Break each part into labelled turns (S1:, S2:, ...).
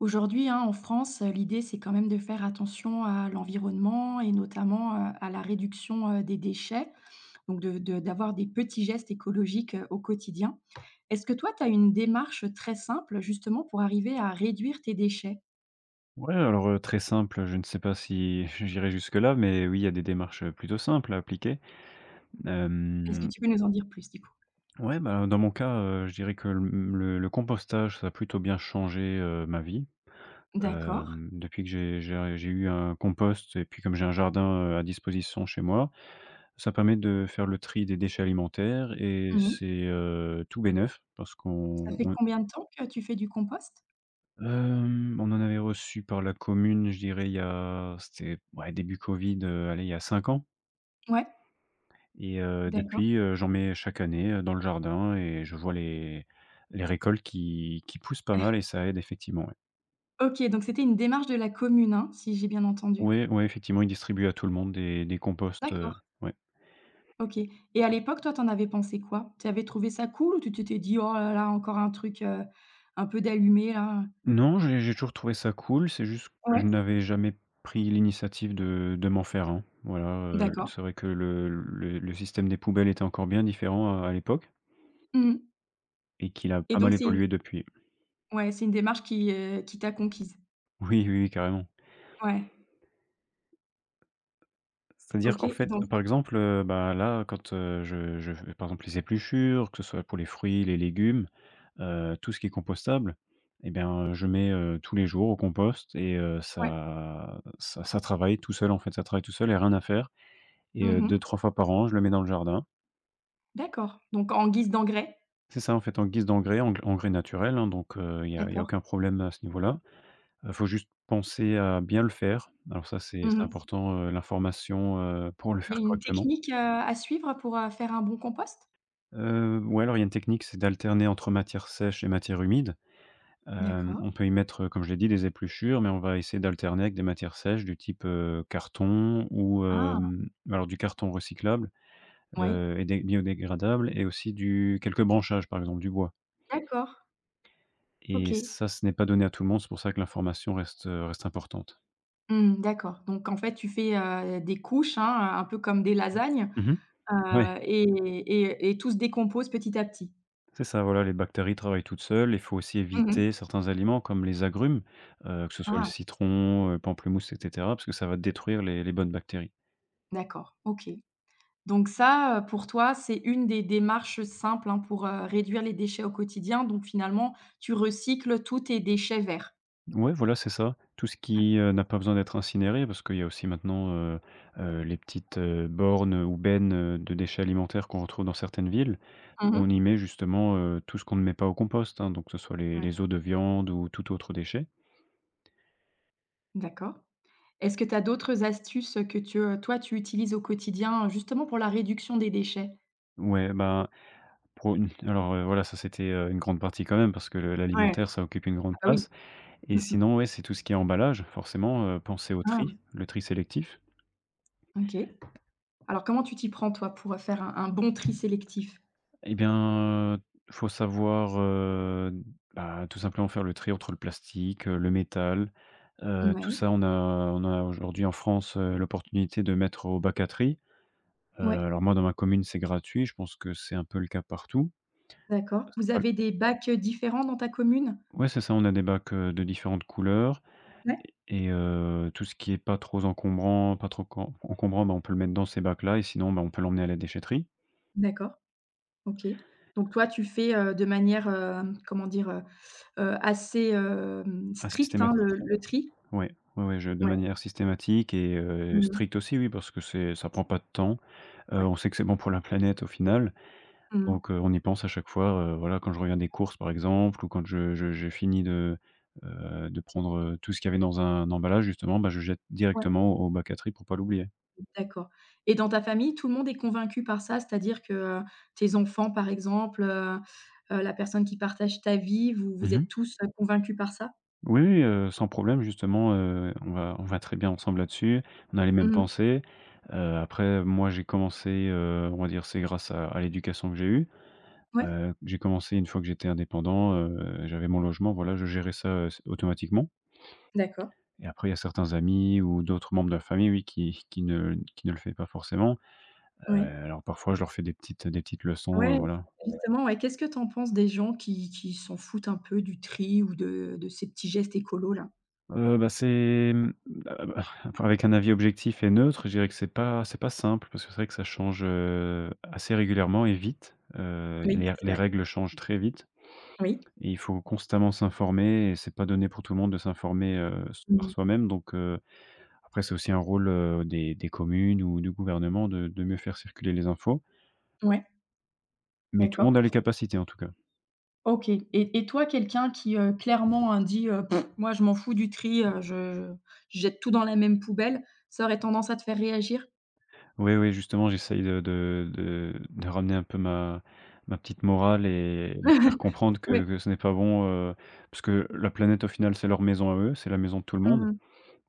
S1: Aujourd'hui, hein, en France, l'idée, c'est quand même de faire attention à l'environnement et notamment, à la réduction, des déchets, donc de d'avoir des petits gestes écologiques, au quotidien. Est-ce que toi, tu as une démarche très simple, justement, pour arriver à réduire tes déchets?
S2: Ouais, alors, très simple, je ne sais pas si j'irai jusque-là, mais oui, il y a des démarches, plutôt simples à appliquer.
S1: Est-ce que
S2: Hem,
S1: tu peux nous en dire plus, du coup?
S2: ouais, bah, dans mon cas, je dirais que le, mmh, le compostage, ça a plutôt bien changé, ma vie.
S1: D'accord.
S2: Depuis que j'ai eu un compost et puis comme j'ai un jardin, à disposition chez moi, ça permet de faire le tri des déchets alimentaires et
S1: Mmh.
S2: c'est, tout bénef parce
S1: Ça
S2: qu'on
S1: fait
S2: on
S1: combien de temps que tu fais du compost?
S2: hem, on en avait reçu par la commune, je dirais il y a c'était, ouais, début covid, allez, il y a 5 ans.
S1: Ouais,
S2: Et
S1: d'accord.
S2: depuis, j'en mets chaque année, dans le jardin et je vois les récoltes qui poussent pas mal et ça aide effectivement. Oui.
S1: OK, donc c'était une démarche de la commune, hein, si j'ai bien entendu?
S2: Ouais, ouais, effectivement, ils distribuent à tout le monde des composts,
S1: D'accord.
S2: ouais.
S1: OK et à l'époque, toi, t'en avais pensé quoi? Tu avais trouvé ça cool ou tu t'étais dit: «Oh là là, encore un truc, un peu d'allumé là?»
S2: Non, j'ai toujours trouvé ça cool, c'est juste que
S1: Ouais,
S2: je n'avais jamais pris l'initiative de m'en faire un. Voilà,
S1: d'accord.
S2: c'est vrai que le système des poubelles était encore bien différent à l'époque
S1: Mmh
S2: et qu'il a
S1: et
S2: pas mal
S1: donc c'est une
S2: évolué depuis.
S1: ouais, c'est une démarche qui t'a conquise?
S2: Oui, oui, oui, carrément.
S1: Ouais,
S2: C'est-à-dire qu'en
S1: OK
S2: fait, par
S1: donc
S2: exemple, bah, là, quand, je fais par exemple les épluchures, que ce soit pour les fruits, les légumes, tout ce qui est compostable et bien, je mets, tous les jours au compost et
S1: ouais.
S2: ça travaille tout seul, en fait, ça travaille tout seul, et rien à faire et
S1: Mmh.
S2: 2-3 fois par an, je le mets dans le jardin.
S1: D'accord donc en guise d'engrais?
S2: C'est ça, en fait, en guise d'engrais, engrais naturel, hein, donc il y a
S1: D'accord.
S2: aucun problème à ce niveau-là. Il faut juste penser à bien le faire. Alors ça, c'est
S1: Mmh.
S2: important, l'information, pour le
S1: Il y
S2: faire
S1: a une
S2: correctement.
S1: technique, à suivre pour, faire un bon compost?
S2: Ouais, alors il y a une technique, c'est d'alterner entre matières sèches et matières humides.
S1: D'accord.
S2: On peut y mettre, comme je l'ai dit, des épluchures, mais on va essayer d'alterner avec des matières sèches du type, carton ou,
S1: Ah!
S2: alors du carton recyclable,
S1: Ouais,
S2: et des biodégradables et aussi du quelques branchages, par exemple, du bois
S1: d'accord.
S2: et
S1: OK.
S2: ça, ce n'est pas donné à tout le monde. C'est pour ça que l'information reste importante.
S1: Mmh, d'accord donc en fait, tu fais, des couches, hein, un peu comme des lasagnes.
S2: Mmh.
S1: Heu
S2: Ouais.
S1: et et tout se décompose petit à petit?
S2: C'est ça, voilà, les bactéries travaillent toutes seules. Il faut aussi
S1: Mmh mh.
S2: éviter certains aliments comme les agrumes, que ce soit le
S1: Ah,
S2: citron, pamplemousse et cetera, parce que ça va détruire les bonnes bactéries.
S1: d'accord, OK. Donc ça, pour toi, c'est une des démarches simples, hein, pour, réduire les déchets au quotidien. Donc finalement, tu recycles tous tes déchets verts?
S2: Ouais, voilà, c'est ça. Tout ce qui, n'a pas besoin d'être incinéré, parce qu'il y a aussi maintenant, les petites, bornes ou bennes, de déchets alimentaires qu'on retrouve dans certaines villes,
S1: Mmh
S2: où on
S1: mh.
S2: y met justement, tout ce qu'on ne met pas au compost, hein, donc que ce soit les
S1: Ouais,
S2: les os de viande ou tout autre déchet.
S1: d'accord. Est-ce que tu as d'autres astuces, que tu, toi, tu utilises au quotidien, justement pour la réduction des déchets?
S2: Ouais, ben, voilà, ça c'était, une grande partie quand même parce que le
S1: Ouais.
S2: l'alimentaire, ça occupe une
S1: Ah
S2: grande
S1: bah oui.
S2: place. Et
S1: Mmh mh.
S2: sinon, ouais, c'est tout ce qui est emballage, forcément, penser au
S1: Ah,
S2: tri, le tri sélectif.
S1: OK. Alors comment tu t'y prends, toi, pour, faire un bon tri sélectif?
S2: Eh bien, faut savoir, bah, tout simplement faire le tri entre le plastique, le métal, tout
S1: Ouais,
S2: ça on a aujourd'hui en France, l'opportunité de mettre au bac à tri.
S1: ouais.
S2: Alors moi dans ma commune, c'est gratuit, je pense que c'est un peu le cas partout.
S1: D'accord. Vous
S2: Al
S1: avez des bacs, différents dans ta commune?
S2: ouais, c'est ça, on a des bacs, de différentes couleurs
S1: Ouais.
S2: et tout ce qui est pas trop encombrant pas trop com encombrant, bah, on peut le mettre dans ces bacs-là et sinon, bah, on peut l'emmener à la déchetterie.
S1: D'accord, OK. Donc toi, tu fais, de manière, comment dire? Assez,
S2: Ah,
S1: stricte, hein,
S2: systématique.
S1: le tri?
S2: Ouais, ouais, ouais, je de
S1: Ouais.
S2: manière systématique et
S1: Mmh.
S2: stricte aussi, oui, parce que c'est ça prend pas de temps.
S1: Ouais.
S2: On sait que c'est bon pour la planète au final,
S1: Mmh.
S2: donc on y pense à chaque fois, voilà, quand je reviens des courses, par exemple, ou quand je j'ai fini de prendre, tout ce qu'il y avait dans un emballage justement, bah, je jette
S1: Ouais.
S2: directement au bac à tri pour pas l'oublier.
S1: D'accord. Et dans ta famille, tout le monde est convaincu par ça? C'est-à-dire que, tes enfants, par exemple, la personne qui partage ta vie, vous vous
S2: Mmh.
S1: êtes tous, convaincus par ça?
S2: Oui, oui, sans problème justement, on va très bien ensemble là-dessus. On a les mêmes
S1: Mmh.
S2: pensées. Après moi j'ai commencé, on va dire c'est grâce à l'éducation que j'ai eue.
S1: Ouais,
S2: J'ai commencé une fois que j'étais indépendant, j'avais mon logement, voilà, je gérais ça, s automatiquement
S1: d'accord.
S2: et après il y a certains amis ou d'autres membres de la famille, oui, qui ne le fait pas forcément. Heu,
S1: Ouais.
S2: alors parfois je leur fais des petites leçons,
S1: Ouais,
S2: voilà.
S1: justement, ouais, qu'est-ce que tu en penses des gens qui s'en foutent un peu du tri ou de ces petits gestes écolos là?
S2: Heu, bah, c'est, mmh, heu, bah, avec un avis objectif et neutre, je dirais que c'est pas simple parce que c'est vrai que ça change, assez régulièrement et vite.
S1: Oui,
S2: Les
S1: c'est
S2: les
S1: vrai.
S2: règles changent très vite
S1: Oui.
S2: et il faut constamment s'informer et c'est pas donné pour tout le monde de s'informer, s par
S1: Mmh.
S2: soi-même donc après, c'est aussi un rôle, des communes ou du gouvernement de mieux faire circuler les infos,
S1: Ouais.
S2: mais tout le
S1: D'accord.
S2: monde a les capacités en tout cas.
S1: OK et toi, quelqu'un qui, clairement, hein, dit, «Moi, je m'en fous du tri, je jette tout dans la même poubelle», ça aurait tendance à te faire réagir?
S2: Oui, oui, justement, j'essaye de ramener un peu ma petite morale et leur faire comprendre
S1: Oui.
S2: que ce n'est pas bon, parce que la planète au final, c'est leur maison à eux, c'est la maison de tout le monde,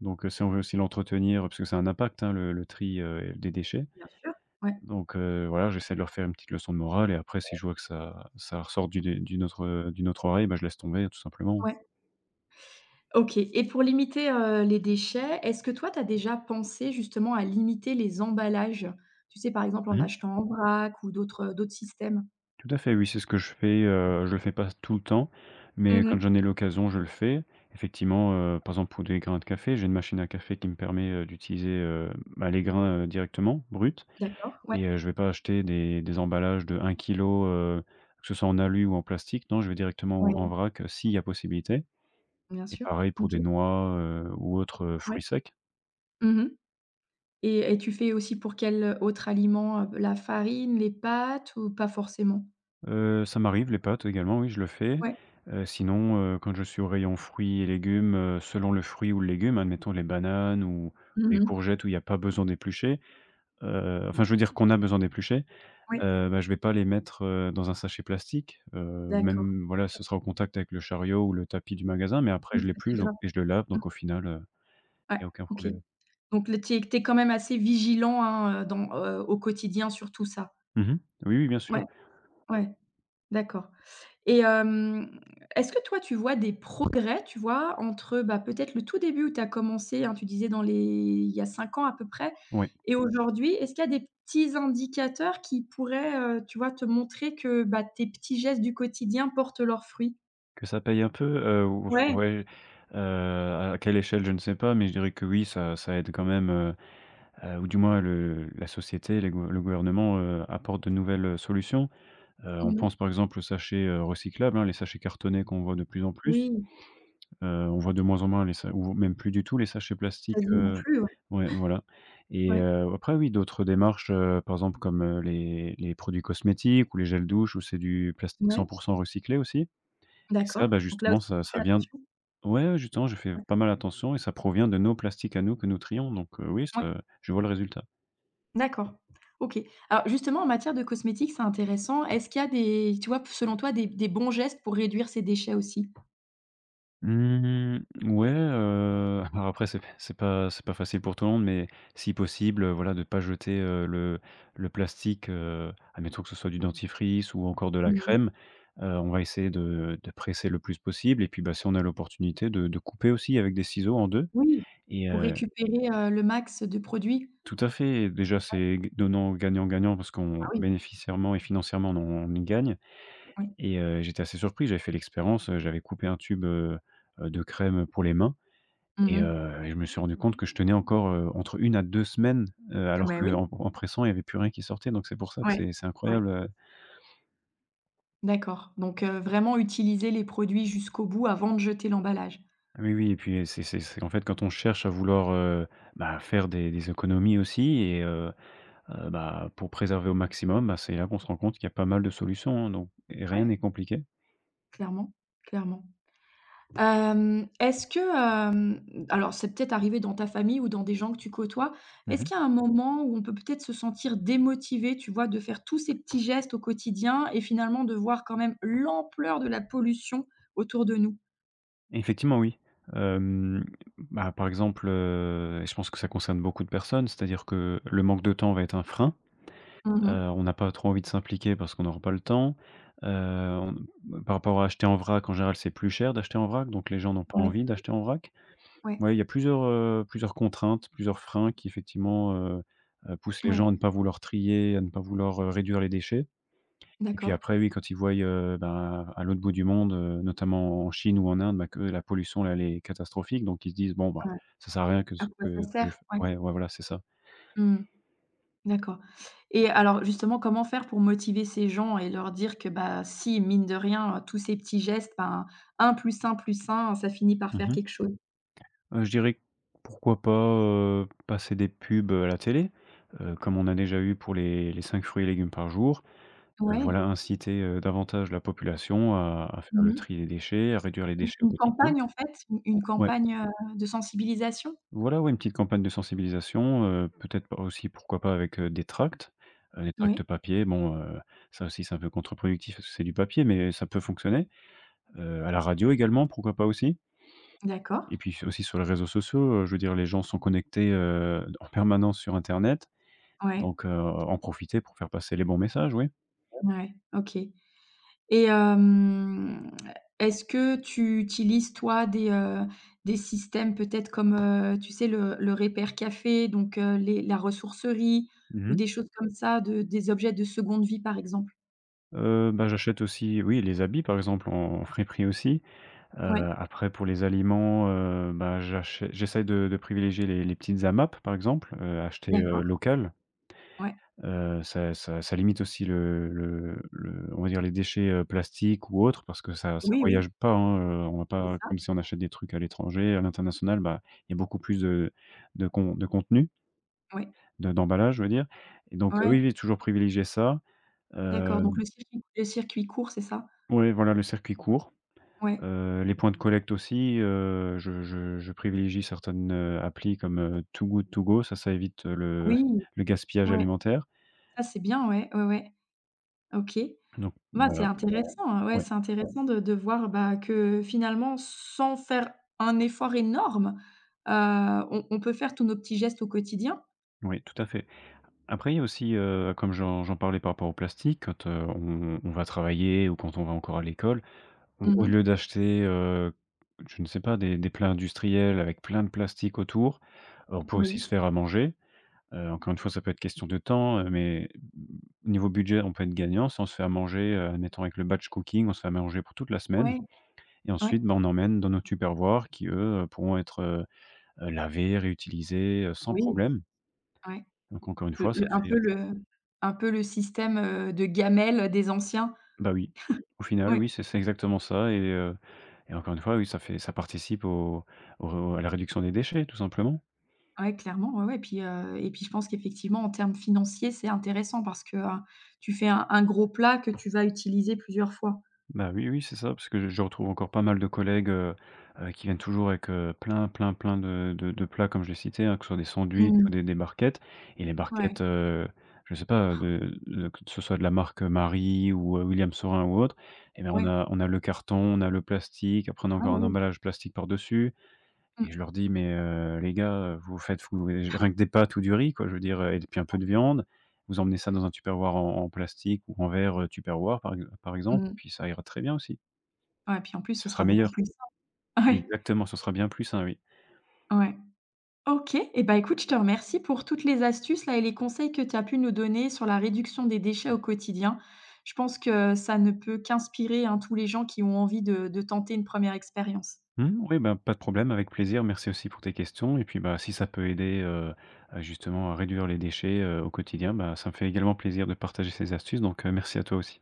S2: donc si on veut aussi l'entretenir, parce que c'est un impact, hein, le tri, des déchets,
S1: Bien sûr. Ouais.
S2: donc voilà, j'essaie de leur faire une petite leçon de morale et après si je vois que ça ressort du d'une autre oreille, bah, je laisse tomber tout simplement.
S1: Ouais. OK et pour limiter, les déchets, est-ce que toi, tu as déjà pensé justement à limiter les emballages? Tu sais, par exemple, en
S2: Mmh.
S1: achetant en vrac ou d'autres, d'autres systèmes?
S2: Tout à fait, oui, c'est ce que je fais, je le fais pas tout le temps, mais quand
S1: Mmh.
S2: j'en ai l'occasion, je le fais. Effectivement, par exemple, pour des grains de café, j'ai une machine à café qui me permet, d'utiliser, bah, les grains, directement, bruts
S1: D'accord, ouais,
S2: et je vais pas acheter des emballages de 1 kilo, que ce soit en alu ou en plastique. Non, je vais directement en
S1: ouais,
S2: vrac, s'il y a possibilité
S1: bien
S2: et
S1: sûr.
S2: pareil pour
S1: OK,
S2: des noix, ou autres,
S1: ouais.
S2: fruits secs.
S1: Mmh et tu fais aussi pour quel, autre aliment? La farine, les pâtes ou pas forcément?
S2: Ça m'arrive, les pâtes également, oui, je le fais.
S1: Ouais.
S2: Sinon, quand je suis au rayon fruits et légumes, selon le fruit ou le légume, admettons les bananes ou les
S1: Mmh.
S2: courgettes où il y a pas besoin d'éplucher, enfin, je veux dire qu'on a besoin d'éplucher,
S1: Ouais,
S2: bah, je vais pas les mettre, dans un sachet plastique,
S1: d'accord.
S2: même, voilà, ce sera au contact avec le chariot ou le tapis du magasin, mais après
S1: Oui,
S2: je
S1: c'est pas très
S2: l'épluche donc
S1: grave.
S2: et je le lave
S1: Mmh.
S2: donc au final,
S1: Ouais,
S2: il y a aucun
S1: OK.
S2: problème.
S1: Donc là, tu es quand même assez vigilant, hein, dans, au quotidien sur tout ça?
S2: Mmh mh. Oui, oui, bien
S1: Ouais,
S2: sûr.
S1: ouais, d'accord. Et hem, est-ce que toi, tu vois des progrès, tu vois, entre, bah, peut-être le tout début où tu as commencé, hein, tu disais dans les il y a 5 ans à peu près
S2: Ouais.
S1: et aujourd'hui? Est-ce qu'il y a des petits indicateurs qui pourraient, tu vois, te montrer que, bah, tes petits gestes du quotidien portent leurs fruits?
S2: Que ça paye un peu? Ou
S1: Ouais.
S2: ouais, à quelle échelle, je ne sais pas, mais je dirais que oui, ça aide quand même, ou du moins le la société, les gouver le gouvernement, apporte de nouvelles, solutions. On
S1: Mmh.
S2: pense par exemple aux sachets, recyclables, hein, les sachets cartonnés qu'on voit de plus en plus.
S1: Oui,
S2: On voit de moins en moins les sa ou même plus du tout les sachets plastiques,
S1: quasiment plus, ouais.
S2: ouais, voilà et
S1: Ouais.
S2: après oui, d'autres démarches, par exemple comme, les produits cosmétiques ou les gels douche où c'est du plastique 100
S1: Ouais.
S2: recyclé aussi. Et ça,
S1: D'accord.
S2: bah,
S1: Donc là
S2: justement,
S1: aussi,
S2: ça
S1: tu
S2: ça
S1: fais
S2: vient.
S1: attention?
S2: Ouais, ouais, justement, je fais
S1: Ouais.
S2: pas mal attention et ça provient de nos plastiques à nous que nous trions, donc oui,
S1: Ouais.
S2: ça je vois le résultat.
S1: D'accord. OK. Alors justement, en matière de cosmétiques, c'est intéressant. Est-ce qu'il y a des tu vois, selon toi, des bons gestes pour réduire ces déchets aussi?
S2: Mmh, ouais, alors après c'est pas facile pour tout le monde, mais si possible, voilà, de pas jeter, le plastique, admettons que ce soit du dentifrice ou encore de la
S1: Mmh mh.
S2: crème, on va essayer de presser le plus possible et puis, bah, si on a l'opportunité de couper aussi avec des ciseaux en 2.
S1: Oui,
S2: et
S1: pour
S2: heu
S1: récupérer, le max de produits?
S2: Tout à fait, déjà c'est g donnant gagnant-gagnant parce
S1: Ah
S2: qu'on
S1: oui,
S2: bénéficiairement et financièrement on y gagne.
S1: oui.
S2: Et j'étais assez surpris, j'avais fait l'expérience, j'avais coupé un tube, de crème pour les mains
S1: Mmh mh.
S2: et je me suis rendu compte que je tenais encore, entre 1 à 2 semaines,
S1: Ah
S2: alors
S1: bah oui,
S2: qu'en en en pressant, il n'y avait plus rien qui sortait, donc c'est pour ça que
S1: ouais,
S2: c'est
S1: ouais.
S2: incroyable,
S1: D'accord, donc vraiment utiliser les produits jusqu'au bout avant de jeter l'emballage.
S2: Ah oui, oui, et puis c'est en fait, quand on cherche à vouloir, bah, faire des économies aussi et bah, pour préserver au maximum, bah, c'est là qu'on se rend compte qu'il y a pas mal de solutions, hein, donc et rien
S1: Ouais,
S2: n'est compliqué.
S1: clairement, clairement. Hem, est-ce que, hem, alors c'est peut-être arrivé dans ta famille ou dans des gens que tu côtoies, est-ce
S2: Mmh.
S1: qu'il y a un moment où on peut peut-être se sentir démotivé, tu vois, de faire tous ces petits gestes au quotidien et finalement de voir quand même l'ampleur de la pollution autour de nous?
S2: Effectivement, oui. Hem, Bah, par exemple, et je pense que ça concerne beaucoup de personnes, c'est-à-dire que le manque de temps va être un frein.
S1: Mmh.
S2: On n'a pas trop envie de s'impliquer parce qu'on n'aura pas le temps. On Par rapport à acheter en vrac, en général, c'est plus cher d'acheter en vrac, donc les gens n'ont pas
S1: Ouais,
S2: envie d'acheter en vrac.
S1: ouais,
S2: Ouais, il y a plusieurs, plusieurs contraintes, plusieurs freins qui effectivement, poussent les gens
S1: ouais,
S2: à ne pas vouloir trier, à ne pas vouloir, réduire les déchets. Et puis
S1: d'accord.
S2: après, oui, quand ils voient, ben, à l'autre bout du monde, notamment en Chine ou en Inde, bah, que la pollution, là, elle est catastrophique, donc ils se disent: «Bon, bah,
S1: Ouais,
S2: ça sert à rien que ce
S1: à quoi
S2: que
S1: ça
S2: que je
S1: sert?
S2: f»
S1: Ouais.
S2: ouais, ouais, voilà, c'est ça.
S1: Mmh, d'accord et alors justement, comment faire pour motiver ces gens et leur dire que, bah, si mine de rien, tous ces petits gestes, ben, un plus un plus un, ça finit par
S2: Mmh
S1: faire
S2: mh.
S1: quelque chose?
S2: Je dirais, pourquoi pas, passer des pubs, à la télé, comme on a déjà eu pour les 5 fruits et légumes par jour.
S1: Ouais.
S2: Voilà, inciter, davantage la population à faire
S1: Mmh
S2: le
S1: mh.
S2: tri des déchets, à réduire les
S1: Donc
S2: déchets au
S1: une
S2: quotidien.
S1: campagne en fait, u une
S2: Ouais.
S1: campagne, de sensibilisation?
S2: Voilà, ouais, une petite campagne de sensibilisation, peut-être pas, aussi pourquoi pas avec, des tracts
S1: Oui,
S2: papier. Bon, ça aussi c'est un peu contre-productif parce que c'est du papier, mais ça peut fonctionner. À la radio également, pourquoi pas aussi?
S1: d'accord.
S2: Et puis aussi sur les réseaux sociaux, je veux dire les gens sont connectés, en permanence sur internet,
S1: Ouais,
S2: donc en profiter pour faire passer les bons messages, oui.
S1: ouais, OK et hem, est-ce que tu utilises toi des systèmes peut-être comme, tu sais le Repair Café donc les la ressourcerie
S2: Mmh
S1: ou
S2: mh.
S1: des choses comme ça de des objets de seconde vie par exemple?
S2: Bah, j'achète aussi, oui, les habits par exemple en friperie aussi.
S1: Ouais,
S2: Après pour les aliments, bah, j'essaye de privilégier les petites AMAP par exemple, acheter,
S1: d'accord,
S2: local.
S1: ouais.
S2: Ça limite aussi le on va dire les déchets, plastiques ou autres, parce que ça
S1: Oui, oui,
S2: voyage pas, hein, on va
S1: c'est
S2: pas,
S1: ça,
S2: comme si on achète des trucs à l'étranger, à l'international, bah, il y a beaucoup plus de con de contenu,
S1: ouais,
S2: de d'emballage je veux dire, et donc
S1: ouais,
S2: oui, oui, toujours privilégier ça.
S1: d'accord donc
S2: Hem,
S1: le circuit court, c'est ça?
S2: ouais, voilà, le circuit court.
S1: Ouais.
S2: Les points de collecte aussi, je privilégie certaines, applis comme, Too Good To Go, ça évite,
S1: Oui,
S2: le gaspillage
S1: ouais,
S2: alimentaire.
S1: ça c'est bien, ouais, ouais, ouais. OK.
S2: Donc
S1: Bah, c'est
S2: voilà,
S1: intéressant, hein. Ouais,
S2: ouais,
S1: c'est ouais, intéressant de voir, bah, que finalement, sans faire un effort énorme, on peut faire tous nos petits gestes au quotidien.
S2: oui, tout à fait. Après, il y a aussi, comme j'en parlais par rapport au plastique, quand, on va travailler ou quand on va encore à l'école, au
S1: Mmh.
S2: lieu d'acheter, je ne sais pas, des plats industriels avec plein de plastique autour, on peut aussi
S1: Oui,
S2: se faire à manger. Encore une fois, ça peut être question de temps, mais niveau budget, on peut être gagnant. Si on se fait à manger, admettons avec le batch cooking, on se fait à manger pour toute la semaine
S1: ouais,
S2: et
S1: ouais,
S2: ensuite, ben, on emmène dans nos tupperwares qui, eux, pourront être, lavés, réutilisés, sans
S1: oui,
S2: problème.
S1: ouais.
S2: Donc encore une fois, ça
S1: Le un
S2: fait
S1: peu le un peu le système, de gamelle des anciens.
S2: bah, oui. Au final,
S1: Oui,
S2: oui, c'est exactement ça, et encore une fois, oui, ça fait, ça participe au à la réduction des déchets, tout simplement.
S1: ouais, ouais, clairement, ouais, ouais. Puis, puis je pense qu'effectivement, en termes financiers, c'est intéressant parce que, tu fais un gros plat que tu vas utiliser plusieurs fois.
S2: Bah, oui, oui, c'est ça, parce que je retrouve encore pas mal de collègues, qui viennent toujours avec, plein, plein, plein de plats comme je l'ai cité, hein, que ce soit des sandwichs ou
S1: Mmh.
S2: des barquettes, et les
S1: Ouais.
S2: barquettes, je sais pas,
S1: Ah.
S2: de que ce soit de la marque Marie, ou, William Saurin, ou autre, eh bien on
S1: Ouais.
S2: a le carton, on a le plastique, après on a
S1: Ah
S2: encore un
S1: ouais, oui.
S2: emballage plastique par-dessus.
S1: Mmh.
S2: Et je leur dis: «Mais les gars, vous faites vous et rien que des pâtes ou du riz quoi, je veux dire, et puis un peu
S1: Ouais.
S2: de viande. Vous emmenez ça dans un Tupperware en plastique ou en verre, Tupperware par ex par exemple,
S1: Mmh.
S2: puis ça ira très bien aussi.
S1: Ouais, puis en plus,
S2: Ce
S1: ce
S2: sera
S1: sera beaucoup
S2: meilleur».
S1: plus simple. Ouais,
S2: Exactement, ce sera bien plus sain, oui.
S1: ouais. OK et bah, écoute, je te remercie pour toutes les astuces là et les conseils que tu as pu nous donner sur la réduction des déchets au quotidien. Je pense que ça ne peut qu'inspirer, hein, tous les gens qui ont envie de tenter une première expérience.
S2: Mmh, oui, ben, pas de problème, avec plaisir. Merci aussi pour tes questions et puis, bah, si ça peut aider, à justement à réduire les déchets, au quotidien, bah, ça me fait également plaisir de partager ces astuces donc, merci à toi aussi.